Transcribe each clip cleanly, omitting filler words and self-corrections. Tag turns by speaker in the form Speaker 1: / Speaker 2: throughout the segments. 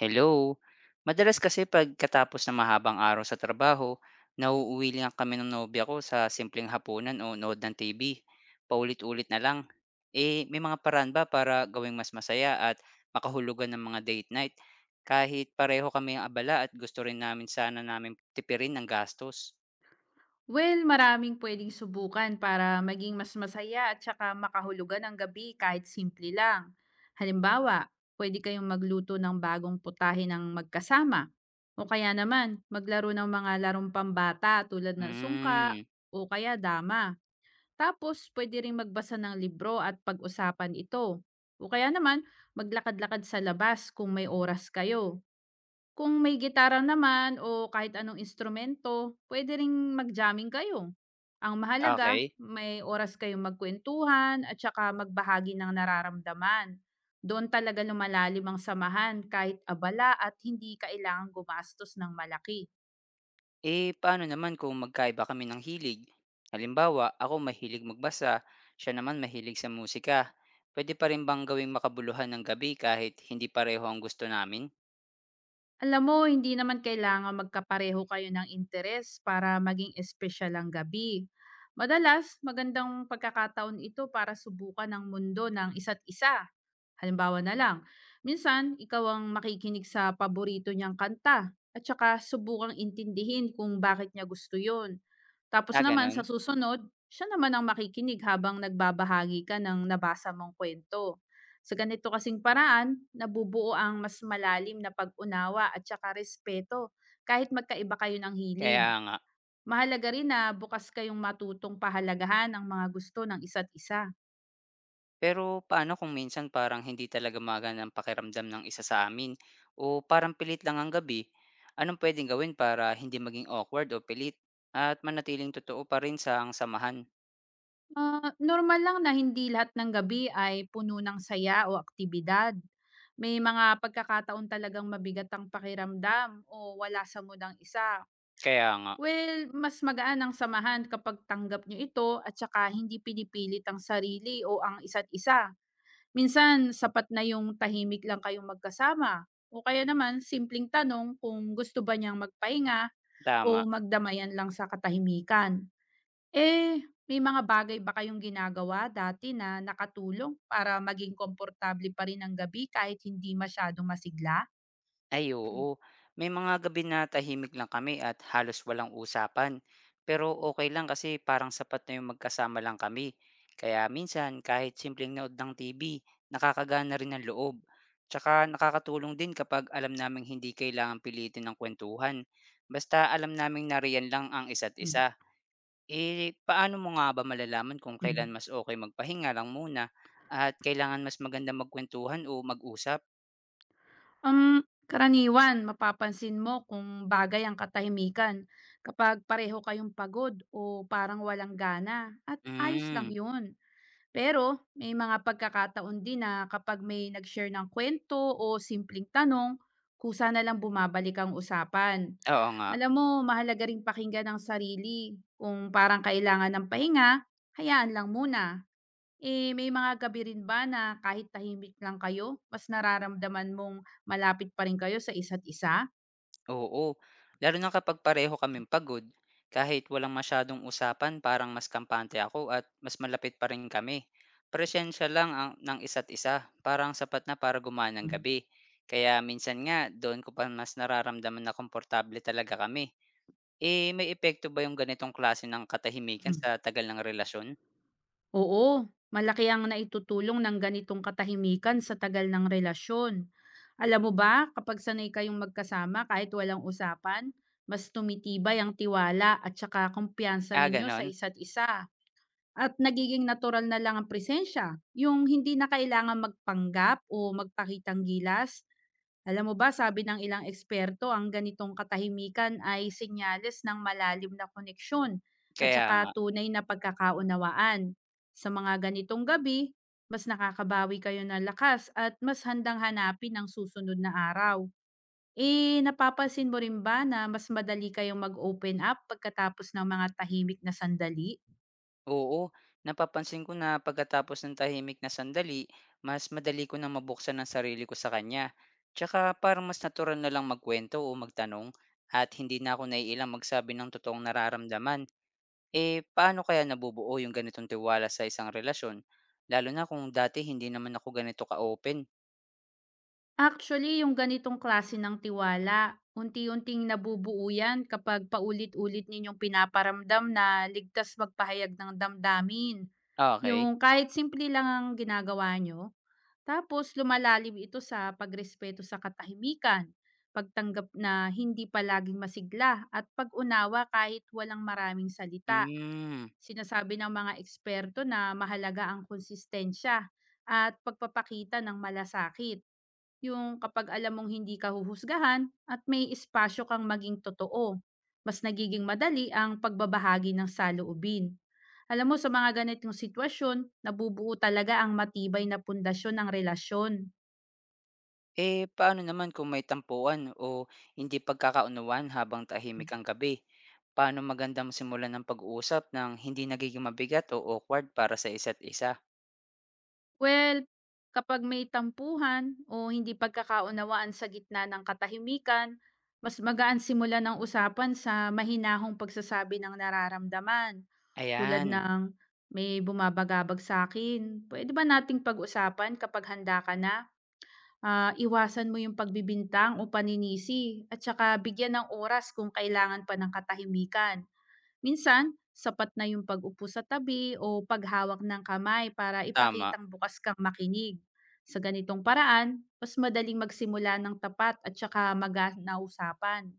Speaker 1: Hello. Madalas kasi pagkatapos ng mahabang araw sa trabaho, nauuwi lang kami ng nobya ko sa simpleng hapunan o nood ng TV. Paulit-ulit na lang. Eh, may mga paraan ba para gawing mas masaya at makahulugan ng mga date night? Kahit pareho kami ang abala at gusto rin namin sana tipirin ang gastos.
Speaker 2: Well, maraming pwedeng subukan para maging mas masaya at saka makahulugan ang gabi kahit simple lang. Halimbawa, pwede kayong magluto ng bagong putahe ng magkasama. O kaya naman, maglaro ng mga larong pambata tulad ng sungka
Speaker 1: Hmm,
Speaker 2: o kaya dama. Tapos, pwede rin magbasa ng libro at pag-usapan ito. O kaya naman, maglakad-lakad sa labas kung may oras kayo. Kung may gitara naman o kahit anong instrumento, puwede ring mag-jamming kayo. Ang mahalaga,
Speaker 1: okay.
Speaker 2: may oras kayong magkuwentuhan at saka magbahagi ng nararamdaman. Doon talaga lumalalim ang samahan kahit abala at hindi kailangang gumastos ng malaki.
Speaker 1: Eh, paano naman kung magkaiba kami ng hilig? Halimbawa, ako mahilig magbasa, siya naman mahilig sa musika. Pwede pa rin bang gawing makabuluhan ng gabi kahit hindi pareho ang gusto namin?
Speaker 2: Alam mo, hindi naman kailangan magkapareho kayo ng interes para maging espesyal ang gabi. Madalas, magandang pagkakataon ito para subukan ang mundo ng isa't isa. Halimbawa na lang, minsan ikaw ang makikinig sa paborito niyang kanta at saka subukang intindihin kung bakit niya gusto yon. Tapos
Speaker 1: Ah,
Speaker 2: naman
Speaker 1: ganon.
Speaker 2: sa susunod, siya naman ang makikinig habang nagbabahagi ka ng nabasa mong kwento. Sa ganito kasing paraan, nabubuo ang mas malalim na pag-unawa at saka respeto kahit magkaiba kayo ng hilig.
Speaker 1: Kaya nga.
Speaker 2: Mahalaga rin na bukas kayong matutong pahalagahan ang mga gusto ng isa't isa.
Speaker 1: Pero paano kung minsan parang hindi talaga magana ang pakiramdam ng isa sa amin? O parang pilit lang ang gabi? Anong pwedeng gawin para hindi maging awkward o pilit? At manatiling totoo pa rin sa ang samahan?
Speaker 2: Ah, normal lang na hindi lahat ng gabi ay puno ng saya o aktibidad. May mga pagkakataon talagang mabigat ang pakiramdam o wala sa mood ang isa.
Speaker 1: Kaya nga.
Speaker 2: Well, mas magaan ang samahan kapag tanggap nyo ito at saka hindi pinipilit ang sarili o ang isa't isa. Minsan, sapat na yung tahimik lang kayong magkasama. O kaya naman, simpleng tanong kung gusto ba niyang magpahinga o
Speaker 1: Tama.
Speaker 2: magdamayan lang sa katahimikan. Eh, may mga bagay ba kayong ginagawa dati na nakatulong para maging komportable pa rin ang gabi kahit hindi masyadong masigla?
Speaker 1: Ay oo, may mga gabi na tahimik lang kami at halos walang usapan. Pero okay lang kasi parang sapat na yung magkasama lang kami. Kaya minsan kahit simpleng nood ng TV, nakakagana rin ang loob. Tsaka nakakatulong din kapag alam naming hindi kailangan pilitin ng kwentuhan. Basta alam naming nariyan lang ang isa't
Speaker 2: Mm,
Speaker 1: isa. Eh, paano mo nga ba malalaman kung
Speaker 2: mm.
Speaker 1: kailan mas okay magpahinga lang muna at kailangan mas maganda magkwentuhan o mag-usap?
Speaker 2: Karaniwan mapapansin mo kung bagay ang katahimikan kapag pareho kayong pagod o parang walang gana at ayos lang
Speaker 1: Hmm,
Speaker 2: yun. Pero may mga pagkakataon din na kapag may nag-share ng kwento o simpleng tanong, kusa na lang bumabalik ang usapan.
Speaker 1: oo nga.
Speaker 2: Alam mo, mahalaga ring pakinggan ang sarili. Kung parang kailangan ng pahinga, hayaan lang muna. Eh, may mga gabi rin ba na kahit tahimik lang kayo, mas nararamdaman mong malapit pa rin kayo sa isa't isa?
Speaker 1: Oo, lalo na kapag pareho kaming pagod. Kahit walang masyadong usapan, parang mas kampante ako at mas malapit pa rin kami. Presensya lang ang, ng isa't isa, parang sapat na para gumana ng gabi. Kaya minsan nga, doon ko pa mas nararamdaman na komportable talaga kami. Eh, may epekto ba yung ganitong klase ng katahimikan
Speaker 2: Mhm.
Speaker 1: sa tagal ng relasyon?
Speaker 2: Oo, malaki ang naitutulong ng ganitong katahimikan sa tagal ng relasyon. Alam mo ba, kapag sanay kayong magkasama kahit walang usapan, mas tumitibay ang tiwala at saka kumpiyansa
Speaker 1: Ah,
Speaker 2: ninyo sa
Speaker 1: ganon.
Speaker 2: isa't isa. At nagiging natural na lang ang presensya, yung hindi na kailangan magpanggap o magpakitang gilas. Alam mo ba, sabi ng ilang eksperto, ang ganitong katahimikan ay senyales ng malalim na koneksyon at
Speaker 1: Kaya
Speaker 2: saka
Speaker 1: nga.
Speaker 2: tunay na pagkakaunawaan. Sa mga ganitong gabi, mas nakakabawi kayo ng lakas at mas handang hanapin ang susunod na araw. Eh, napapansin mo rin ba na mas madali kayong mag-open up pagkatapos ng mga tahimik na sandali?
Speaker 1: Oo, napapansin ko na pagkatapos ng tahimik na sandali, mas madali ko na mabuksan ang sarili ko sa kanya. Tsaka parang mas natural na lang magkwento o magtanong at hindi na ako naiilang magsabi ng totoong nararamdaman. Eh, paano kaya nabubuo yung ganitong tiwala sa isang relasyon? Lalo na kung dati hindi naman ako ganito ka-open.
Speaker 2: Actually, yung ganitong klase ng tiwala, unti-unting nabubuo yan kapag paulit-ulit ninyong pinaparamdam na ligtas magpahayag ng damdamin.
Speaker 1: Ah, okay.
Speaker 2: Yung kahit simple lang ang ginagawa nyo, tapos lumalalim ito sa pagrespeto sa katahimikan, pagtanggap na hindi palaging masigla, at pag-unawa kahit walang maraming salita.
Speaker 1: Mm.
Speaker 2: Sinasabi ng mga eksperto na mahalaga ang konsistensya at pagpapakita ng malasakit, yung kapag alam mong hindi ka huhusgahan at may espasyo kang maging totoo, mas nagiging madali ang pagbabahagi ng saloobin. Alam mo, sa mga ganitong sitwasyon, nabubuo talaga ang matibay na pundasyon ng relasyon.
Speaker 1: Eh, paano naman kung may tampuhan o hindi pagkakaunawaan habang tahimik ang gabi? Paano magandang simulan ng pag-uusap ng hindi nagiging mabigat o awkward para sa isa't isa?
Speaker 2: Well, kapag may tampuhan o hindi pagkakaunawaan sa gitna ng katahimikan, mas magaan simula ng usapan sa mahinahong pagsasabi ng nararamdaman. Tulad
Speaker 1: Ayan,
Speaker 2: ng, may bumabagabag sa akin. Pwede ba nating pag-usapan kapag handa ka na? Iwasan mo yung pagbibintang o paninisi at saka bigyan ng oras kung kailangan pa ng katahimikan. Minsan, sapat na yung pag-upo sa tabi o paghawak ng kamay para
Speaker 1: tama.
Speaker 2: ipakitang bukas kang makinig. Sa ganitong paraan, mas madaling magsimula ng tapat at saka magaan na usapan.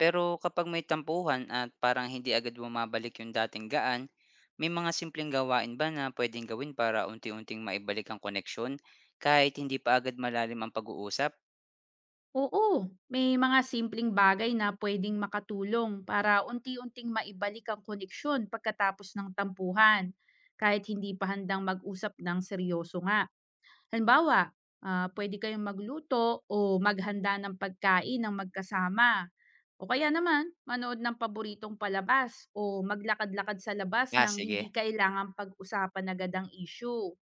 Speaker 1: Pero kapag may tampuhan at parang hindi agad bumabalik yung dating gaan, may mga simpleng gawain ba na pwedeng gawin para unti-unting maibalik ang koneksyon kahit hindi pa agad malalim ang pag-uusap?
Speaker 2: Oo. May mga simpleng bagay na pwedeng makatulong para unti-unting maibalik ang koneksyon pagkatapos ng tampuhan, kahit hindi pa handang mag-usap ng seryoso nga. Halimbawa, ah, puwede kayong magluto o maghanda ng pagkain ng magkasama. O kaya naman, manood ng paboritong palabas o maglakad-lakad sa labas
Speaker 1: Ah,
Speaker 2: nang hindi
Speaker 1: sige.
Speaker 2: kailangang pag-usapan agad ang issue.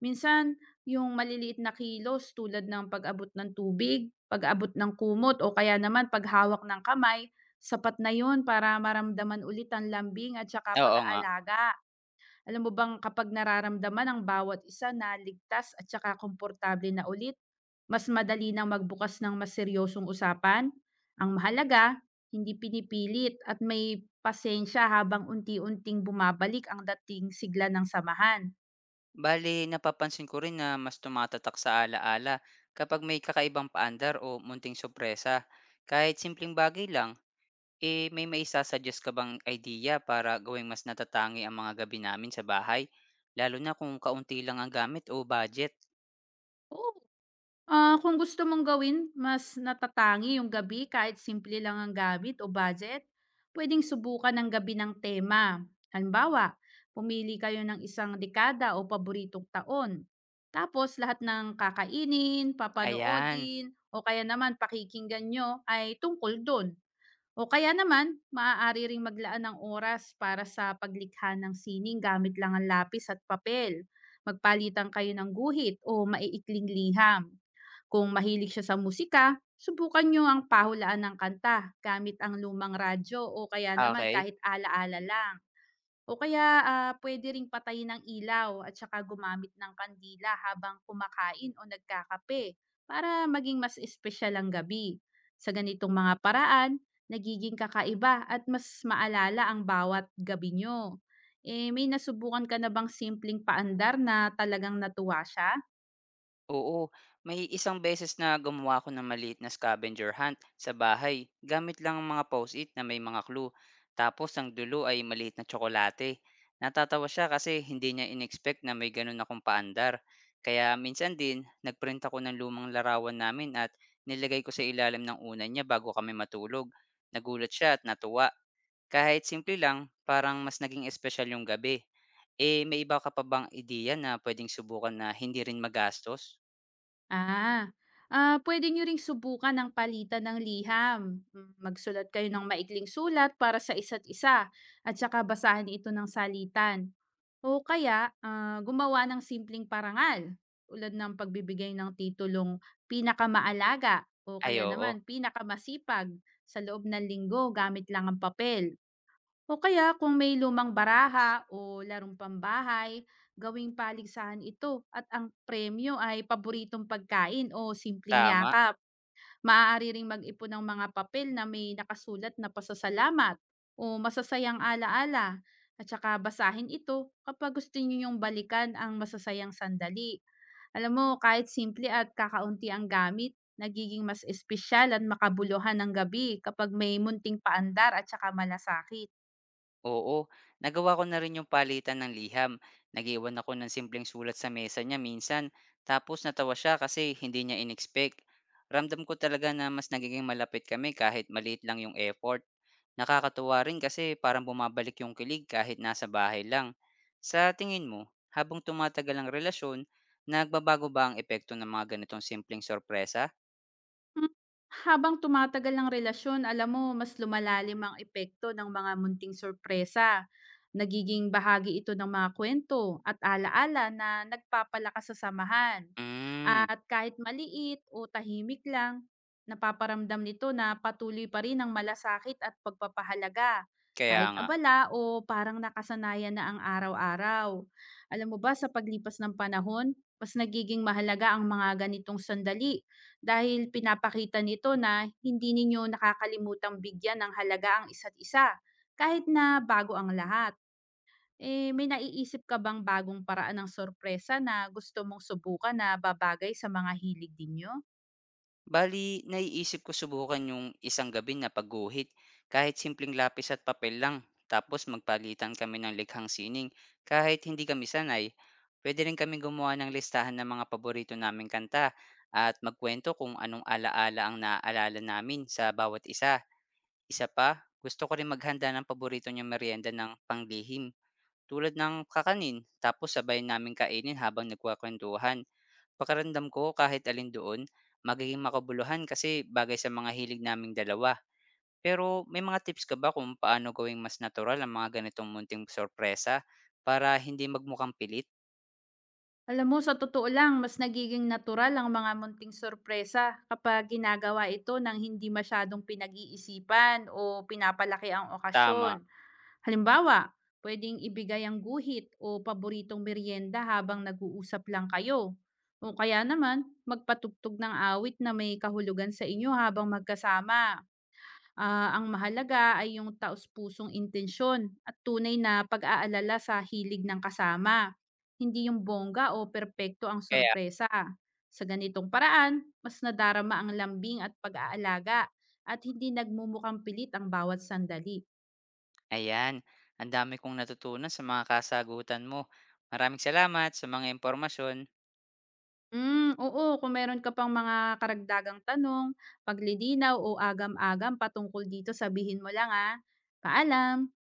Speaker 2: Minsan, yung maliliit na kilos tulad ng pag-abot ng tubig, pag-abot ng kumot o kaya naman paghawak ng kamay, sapat na yun para maramdaman ulit ang lambing at saka
Speaker 1: Oo nga.
Speaker 2: pag-aalaga. Alam mo bang kapag nararamdaman ng bawat isa na ligtas at saka komportable na ulit, mas madali nang magbukas ng mas seryosong usapan? Ang mahalaga, hindi pinipilit at may pasensya habang unti-unting bumabalik ang dating sigla ng samahan.
Speaker 1: Bale, napapansin ko rin na mas tumatatak sa alaala kapag may kakaibang paandar o munting sorpresa. Kahit simpleng bagay lang, eh may maisasuggest ka bang idea para gawing mas natatangi ang mga gabi namin sa bahay? Lalo na kung kaunti lang ang gamit o budget.
Speaker 2: Oo Kung gusto mong gawin mas natatangi yung gabi kahit simple lang ang gamit o budget, pwedeng subukan ng gabi ng tema. Halimbawa, pumili kayo ng isang dekada o paboritong taon. Tapos lahat ng kakainin,
Speaker 1: Ayan,
Speaker 2: papanoodin, o kaya naman pakikinggan nyo ay tungkol doon. O kaya naman, maaari ring maglaan ng oras para sa paglikha ng sining gamit lang ang lapis at papel. Magpalitan kayo ng guhit o maiikling liham. Kung mahilig siya sa musika, subukan niyo ang pahulaan ng kanta gamit ang lumang radyo o kaya naman
Speaker 1: okay.
Speaker 2: kahit ala-ala lang. O kaya pwede ring patayin ang ilaw at saka gumamit ng kandila habang kumakain o nagkakape para maging mas espesyal ang gabi. Sa ganitong mga paraan, nagiging kakaiba at mas maalala ang bawat gabi nyo. Eh, may nasubukan ka na bang simpleng paandar na talagang natuwa siya?
Speaker 1: Oo, may isang beses na gumawa ako ng maliit na scavenger hunt sa bahay gamit lang ang mga post-it na may mga clue. Tapos ang dulo ay maliit na tsokolate. Natatawa siya kasi hindi niya inexpect na may ganun akong paandar. Kaya minsan din, nagprint ako ng lumang larawan namin at nilagay ko sa ilalim ng unan niya bago kami matulog. Nagulat siya at natuwa. Kahit simple lang, parang mas naging espesyal yung gabi. Eh, may iba ka pa bang ideya na pwedeng subukan na hindi rin magastos?
Speaker 2: Ah, Puwede niyo ring subukan ang palitan ng liham. Hmm, magsulat kayo ng maikling sulat para sa isa't isa at saka basahin ito ng salitan. O kaya, gumawa ng simpleng parangal tulad ng pagbibigay ng titulong pinakamaalaga o
Speaker 1: Ay
Speaker 2: kaya
Speaker 1: oo,
Speaker 2: naman pinakamasipag sa loob ng linggo gamit lang ang papel, o kaya kung may lumang baraha o larong pambahay, gawing paligsahan ito at ang premyo ay paboritong pagkain o simpleng
Speaker 1: tama,
Speaker 2: yakap. Maaari ring mag-ipon ng mga papel na may nakasulat na pasasalamat o masasayang alaala at saka basahin ito kapag gusto niyo yung balikan ang masasayang sandali. Alam mo, kahit simple at kakaunti ang gamit, nagiging mas espesyal at makabuluhan ang gabi kapag may munting paandar at saka malasakit.
Speaker 1: oo. Nagawa ko na rin yung palitan ng liham. Nag-iwan ako ng simpleng sulat sa mesa niya minsan, tapos natawa siya kasi hindi niya in-expect. Ramdam ko talaga na mas nagiging malapit kami kahit maliit lang yung effort. Nakakatuwa rin kasi parang bumabalik yung kilig kahit nasa bahay lang. Sa tingin mo, habang tumatagal ang relasyon, nagbabago ba ang epekto ng mga ganitong simpleng sorpresa?
Speaker 2: Hmm, habang tumatagal ang relasyon, alam mo mas lumalalim ang epekto ng mga munting sorpresa. Nagiging bahagi ito ng mga kwento at alaala na nagpapalakas sa samahan.
Speaker 1: Hmm,
Speaker 2: At kahit maliit o tahimik lang, napaparamdam nito na patuloy pa rin ang malasakit at pagpapahalaga
Speaker 1: kaya
Speaker 2: kahit
Speaker 1: nga.
Speaker 2: abala o parang nakasanayan na ang araw-araw. Alam mo ba sa paglipas ng panahon, mas nagiging mahalaga ang mga ganitong sandali dahil pinapakita nito na hindi ninyo nakakalimutang bigyan ng halaga ang isa't isa, kahit na bago ang lahat. Eh, may naiisip ka bang bagong paraan ng sorpresa na gusto mong subukan na babagay sa mga hilig ninyo?
Speaker 1: Bali, naiisip ko subukan yung isang gabi na pagguhit, kahit simpleng lapis at papel lang, tapos magpalitan kami ng likhang sining, kahit hindi kami sanay. Pwede rin kami gumawa ng listahan ng mga paborito naming kanta at magkwento kung anong alaala ang naaalala namin sa bawat isa. Isa pa, gusto ko rin maghanda ng paborito niyang merienda ng panglihim, tulad ng kakanin, tapos sabay namin kainin habang nagkwakwentuhan. Pakiramdam ko kahit alin doon, magiging makabuluhan kasi bagay sa mga hilig naming dalawa. Pero may mga tips ka ba kung paano gawing mas natural ang mga ganitong munting sorpresa para hindi magmukhang pilit?
Speaker 2: Alam mo, sa totoo lang, mas nagiging natural ang mga munting sorpresa kapag ginagawa ito ng hindi masyadong pinag-iisipan o pinapalaki ang okasyon.
Speaker 1: Tama.
Speaker 2: Halimbawa, pwedeng ibigay ang guhit o paboritong merienda habang nag-uusap lang kayo. O kaya naman, magpatugtog ng awit na may kahulugan sa inyo habang magkasama. Ang mahalaga ay yung taus-pusong intensyon at tunay na pag-aalala sa hilig ng kasama. Hindi yung bongga o perpekto ang
Speaker 1: Kaya,
Speaker 2: sorpresa. Sa ganitong paraan, mas nadarama ang lambing at pag-aalaga at hindi nagmumukhang pilit ang bawat sandali.
Speaker 1: ayan, ang dami kong natutunan sa mga kasagutan mo. Maraming salamat sa mga impormasyon.
Speaker 2: Hmm, oo kung meron ka pang mga karagdagang tanong, paglilinaw o agam-agam patungkol dito sabihin mo lang, ah. Paalam.